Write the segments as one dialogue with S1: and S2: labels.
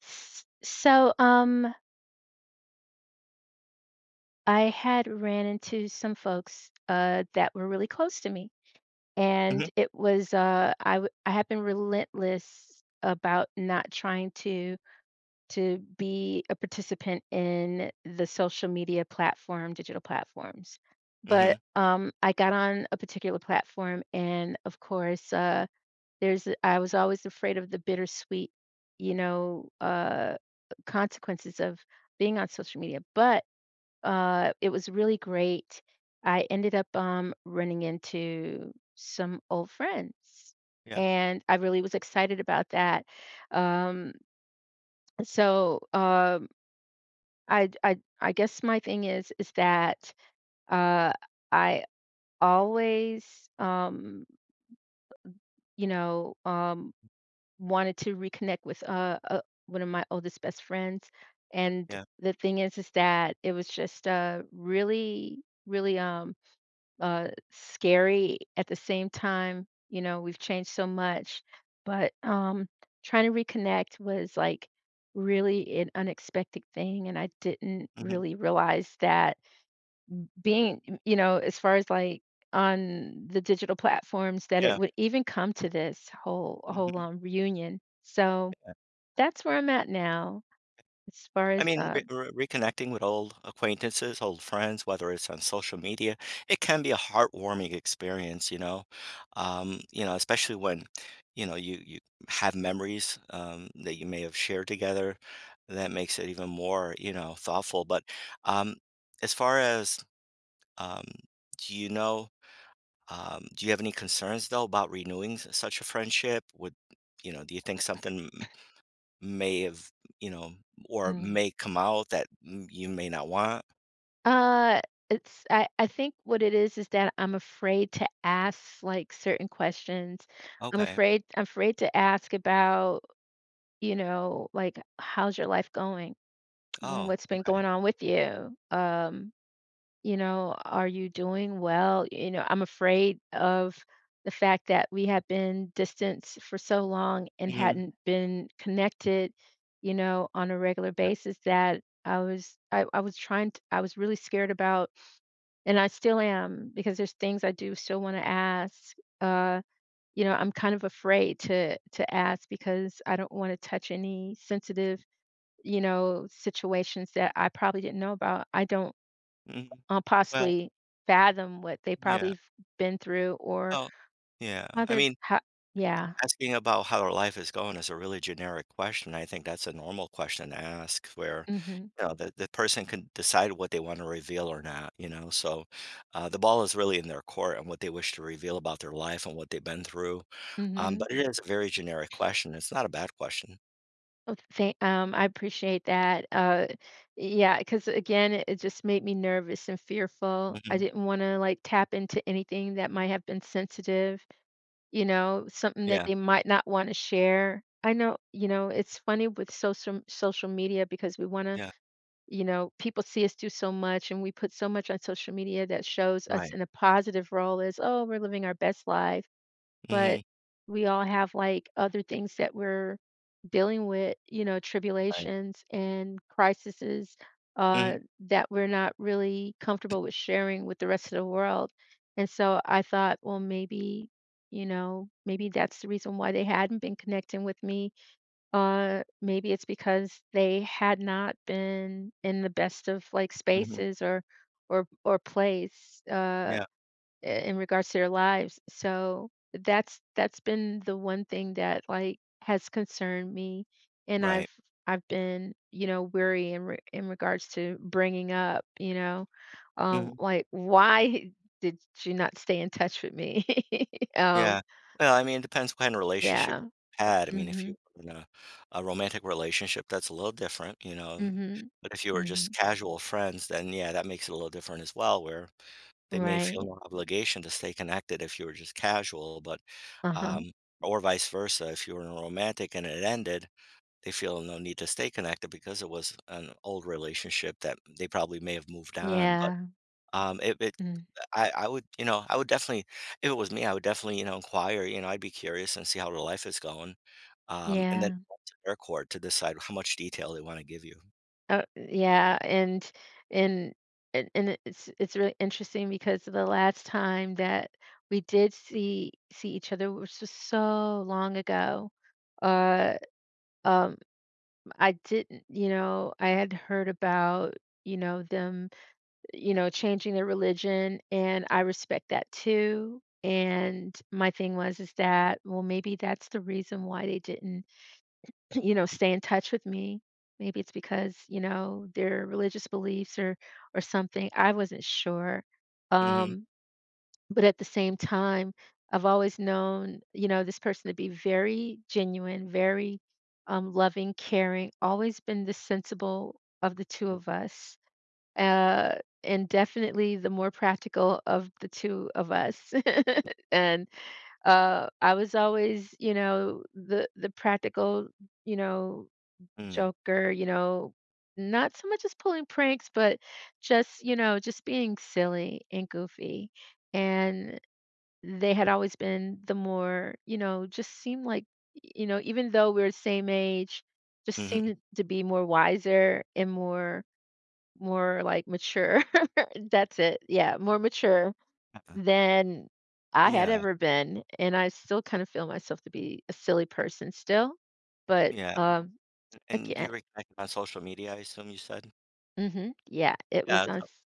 S1: S so, um, I had ran into some folks, that were really close to me,
S2: Mhm,
S1: and it was, I have been relentless about not trying to be a participant in the social media platform, digital platforms, but,
S2: mhm,
S1: I got on a particular platform and, of course, there's I was always afraid of the bittersweet, you know, uh, consequences of being on social media, but it was really great. I ended up, running into some old friends,
S2: yeah,
S1: and I really was excited about that. Um, so, um, I guess my thing is that, uh, I always, you know, um, wanted to reconnect with, one of my oldest best friends, and
S2: yeah,
S1: the thing is that it was just, really, really, scary at the same time. You know, we've changed so much, but trying to reconnect was like really an unexpected thing, and I didn't
S2: mhm,
S1: really realize that being, you know, as far as like on the digital platforms, that it
S2: yeah,
S1: would even come to this whole
S2: mhm.
S1: reunion. So that's where I'm at now, as far
S2: I
S1: as
S2: mean, re re reconnecting with old acquaintances, old friends, whether it's on social media, it can be a heartwarming experience, you know? You know, especially when, you have memories, that you may have shared together, that makes it even more, thoughtful, but, um, as far as, um, do you know, do you have any concerns, though, about renewing s such a friendship? Would, you know, do you think something may have, you know, or
S1: mm.
S2: may come out that you may not want?
S1: Uh, it's I think what it is that I'm afraid to ask, like, certain questions.
S2: Okay.
S1: I'm afraid to ask about, you know, like, "How's your life going?
S2: Oh,
S1: What's been
S2: okay.
S1: going on with you? You know, are you doing well?" You know, I'm afraid of the fact that we have been distanced for so long and
S2: Mhm,
S1: hadn't been connected, you know, on a regular basis that I was trying to I was really scared about and I still am because there's things I do still wanna ask. Uh, you know, I'm kind of afraid to ask because I don't wanna touch any sensitive, you know, situations that I probably didn't know about. I don't,
S2: mhm. Well,
S1: possibly fathom what they
S2: yeah.
S1: probably have been through or
S2: Oh, yeah.
S1: how
S2: I
S1: they're
S2: mean,
S1: ho Yeah.
S2: asking about how their life is going is a really generic question. I think that's a normal question to ask where,
S1: Mhm.
S2: you know, the person can decide what they want to reveal or not, you know. So the ball is really in their court and what they wish to reveal about their life and what they've been through.
S1: Mhm.
S2: But it is a very generic question. It's not a bad question.
S1: Oh, thank I appreciate that. Yeah, because again, it just made me nervous and fearful. I
S2: Hmm.
S1: didn't wanna, like, tap into anything that might have been sensitive, you know, something that
S2: Yeah.
S1: they might not wanna share. I know, you know, it's funny with social media because we wanna,
S2: Yeah.
S1: you know, people see us do so much and we put so much on social media that shows us
S2: Right.
S1: in a positive role as, "Oh, we're living our best life." But
S2: Mhm.
S1: we all have like other things that we're dealing with, you know,
S2: Right.
S1: tribulations and crises
S2: Mhm,
S1: that we're not really comfortable with sharing with the rest of the world. And so I thought, well, maybe, you know, maybe that's the reason why they hadn't been connecting with me. Maybe it's because they had not been in the best of like
S2: mhm.
S1: spaces or or place.
S2: Yeah,
S1: In regards to their lives. So that's been the one thing that like has concerned me, and
S2: right.
S1: I've been, you know, weary in regards to bringing up, you know,
S2: Mhm,
S1: like why did you not stay in touch with me? um
S2: yeah. Well, I mean, it depends what kind of relationship
S1: yeah.
S2: you had. I mean, if you
S1: Mhm.
S2: were in a romantic relationship, that's a little different, you know?
S1: Mhm.
S2: But if you were just
S1: Mhm.
S2: casual friends, then, yeah, that makes it a little different as well, where they may feel
S1: Right.
S2: no obligation to stay connected if you were just casual, but,
S1: Uh-huh.
S2: um or vice versa, if you were in a romantic and it ended, they feel no need to stay connected because it was an old relationship that they probably may have moved on, but,
S1: Yeah.
S2: it it
S1: Mm.
S2: I would, you know, I would definitely if it was me, I would definitely, you know, inquire, you know, I'd be curious and see how their life is going, and then
S1: Yeah.
S2: up to their court to decide how much detail they wanna give you.
S1: Oh, yeah, and and it's really interesting because the last time that we did see each other, which was so long ago, uh, um, I didn't, you know, I had heard about, you know, them, you know, changing their religion, and I respect that too. And my thing was is that, well, maybe that's the reason why they didn't, you know, stay in touch with me. Maybe it's because, you know, their religious beliefs or something. I wasn't sure.
S2: Mm,
S1: Um, but at the same time, I've always known, you know, this person to be very genuine, very loving, caring, always been the sensible of the two of us. Uh, and definitely the more practical of the two of us. And I was always, you know, the practical, you know,
S2: mhm,
S1: Joker, you know, not so much as pulling pranks, but just, you know, just being silly and goofy. And they had always been the more, you know, just seemed like, you know, even though we were the same age,
S2: mm,
S1: just
S2: mhm,
S1: seemed to be more wiser and more like mature. That's it. Yeah, more mature
S2: uh-uh.
S1: than I had
S2: Yeah,
S1: ever been. And I still kind of feel myself to be a silly
S2: mm,
S1: person still. But
S2: yeah, and
S1: again.
S2: you were connected on social media, I assume you said?
S1: Mhm. Yeah, it
S2: Yeah,
S1: was on
S2: so
S1: s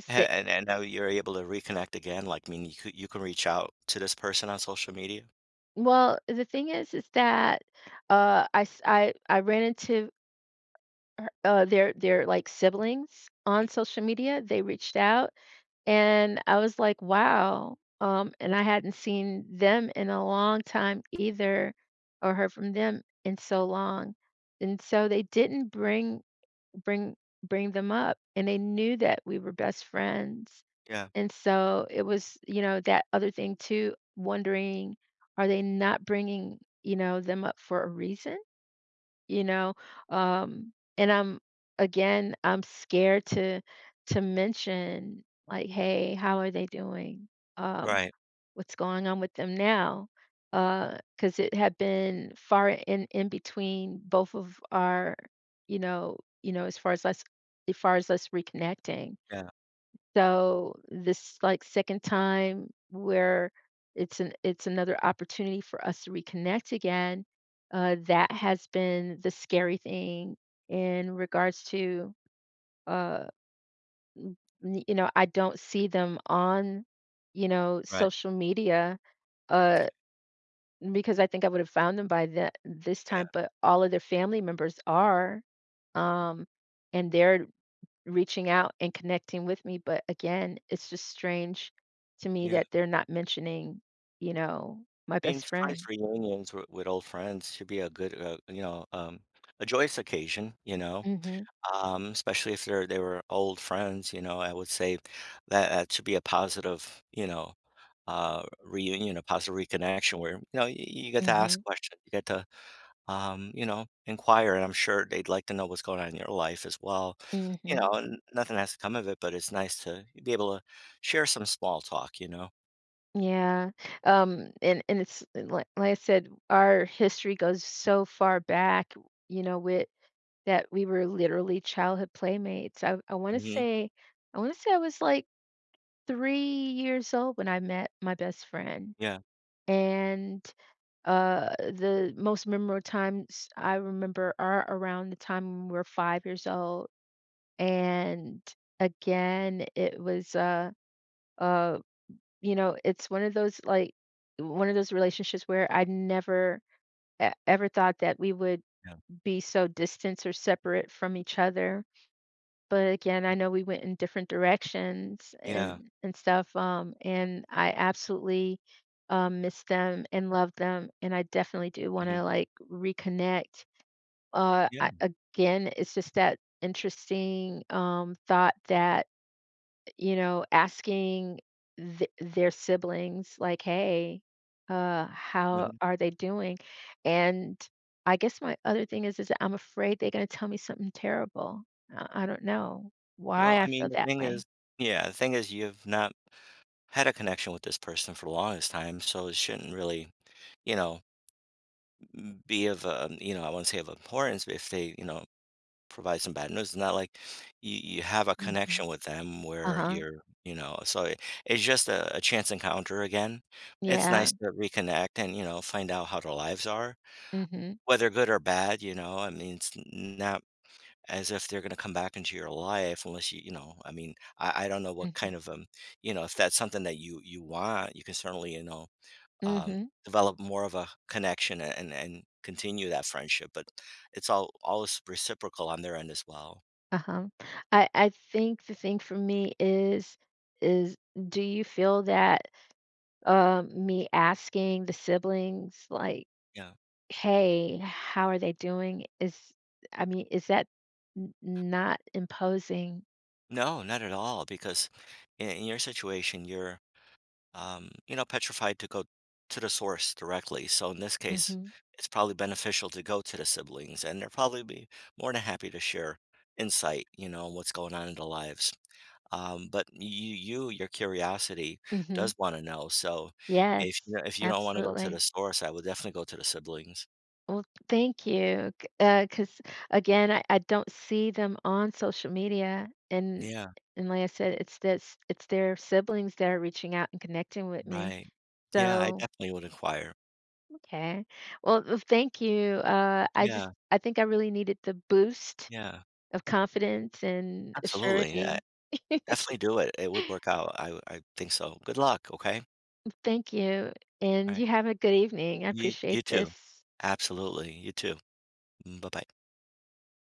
S1: sa
S2: a and now you're able to reconnect again, like, I mean you can reach out to this person on social media?
S1: well, the thing is that, I ran into her, their like, siblings on social media, they reached out, and I was like, "Wow," and I hadn't seen them in a long time either or heard from them in so long, and so they didn't bring bring them up and they knew that we were best friends
S2: Yeah,
S1: and so it was, you know, that other thing too, wondering are they not bringing, you know, them up for a reason, you know, and I'm again I'm scared to mention, like, hey, how are they doing, um
S2: right,
S1: what's going on with them now, because it had been far in between both of our, you know you know, as far as us as far as us reconnecting.
S2: yeah,
S1: So this, like, second time where it's an it's another opportunity for us to reconnect again, that has been the scary thing in regards to, uh, n you know, I don't see them on, you know,
S2: right,
S1: social media, uh because I think I would have found them by the this
S2: yeah,
S1: time, but all of their family members are, um, and they're reaching out and connecting with me, but again, it's just strange to me
S2: yeah.
S1: that they're not mentioning, you know, my
S2: I mean,
S1: best
S2: surprise
S1: friend.
S2: reunions with, old friends should be a good, you know, a joyous occasion, you know,
S1: Mhm,
S2: especially if they were old friends. You know, I would say that that should be a positive, you know, reunion, a positive reconnection where you know you get to ask
S1: mhm,
S2: questions, you get to, you know, inquire, and I'm sure they'd like to know what's going on in your life as well. You
S1: mhm.
S2: know, and nothing has to come of it, but it's nice to be able to share some small talk. You know,
S1: Yeah, and it's like I said, our history goes so far back, you know, with that we were literally childhood playmates. I wanna
S2: hmm,
S1: say I was, like, 3 years old when I met my best friend,
S2: yeah,
S1: and, the most memorable times I remember are around the time when we were 5 years old, and again, it was, uh, you know, it's one of those, like, one of those relationships where I never e ever thought that we would
S2: yeah,
S1: be so distant or separate from each other. But again, I know we went in different directions
S2: yeah,
S1: and stuff. And I absolutely miss them and love them, and I definitely do want
S2: hmm,
S1: to like reconnect.
S2: yeah.
S1: Again, it's just that interesting thought that, you know, asking th their siblings, like, "Hey, how
S2: Mhm.
S1: are they doing?" And I guess my other thing is that I'm afraid they're gonna tell me something terrible. I don't know
S2: Well,
S1: why I
S2: I
S1: feel
S2: mean, the
S1: that
S2: thing is,
S1: way.
S2: yeah, the thing is you've not had a connection with this person for the longest time, so it shouldn't really, you know, m be of, you know, I wouldn't say of importance, but if they, you know, provide some bad news, it's not like you have a
S1: Mhm.
S2: connection with them where
S1: Uh-huh.
S2: you're, you know, so it's just a chance encounter again. It's
S1: Yeah.
S2: nice to reconnect and, you know, find out how their lives are,
S1: Mhm.
S2: whether good or bad, you know, I mean, it's n now as if they're going to come back into your life unless you, you know, I mean I don't know what
S1: Mhm.
S2: kind of, you know, if that's something that you want, you can certainly, you know, um
S1: Mhm.
S2: develop more of a connection and continue that friendship, but it's all always reciprocal on their end as well.
S1: Uh-huh. I think the thing for me is do you feel that, me asking the siblings, like,
S2: Yeah,
S1: "Hey, how are they doing?" Is I mean, is that n not imposing.
S2: no, not at all, because in your situation you're, you know, petrified to go to the source directly. So in this case,
S1: Mhm,
S2: it's probably beneficial to go to the siblings, and they're probably be more than happy to share insight, you know, on what's going on in their lives. But you, you, your curiosity
S1: mhm.
S2: does want to know. So if you,
S1: Yes,
S2: if you don't want to go to the
S1: absolutely.
S2: source, I would definitely go to the siblings.
S1: Well, thank you, because again, I don't see them on social media,
S2: Yeah,
S1: and like I said, it's this it's their siblings that are reaching out and connecting with me.
S2: right. Yeah, I
S1: So,
S2: definitely would inquire.
S1: okay. Well, well, thank you.
S2: Yeah,
S1: I think I really needed the boost
S2: yeah,
S1: of confidence and
S2: absolutely. Yeah,
S1: surety.
S2: definitely do it. It would work out. I think so. Good luck. Okay.
S1: Thank you.
S2: All
S1: And
S2: right.
S1: you have a good evening. I appreciate
S2: You too.
S1: this.
S2: Absolutely. You too. Mm, bye-bye.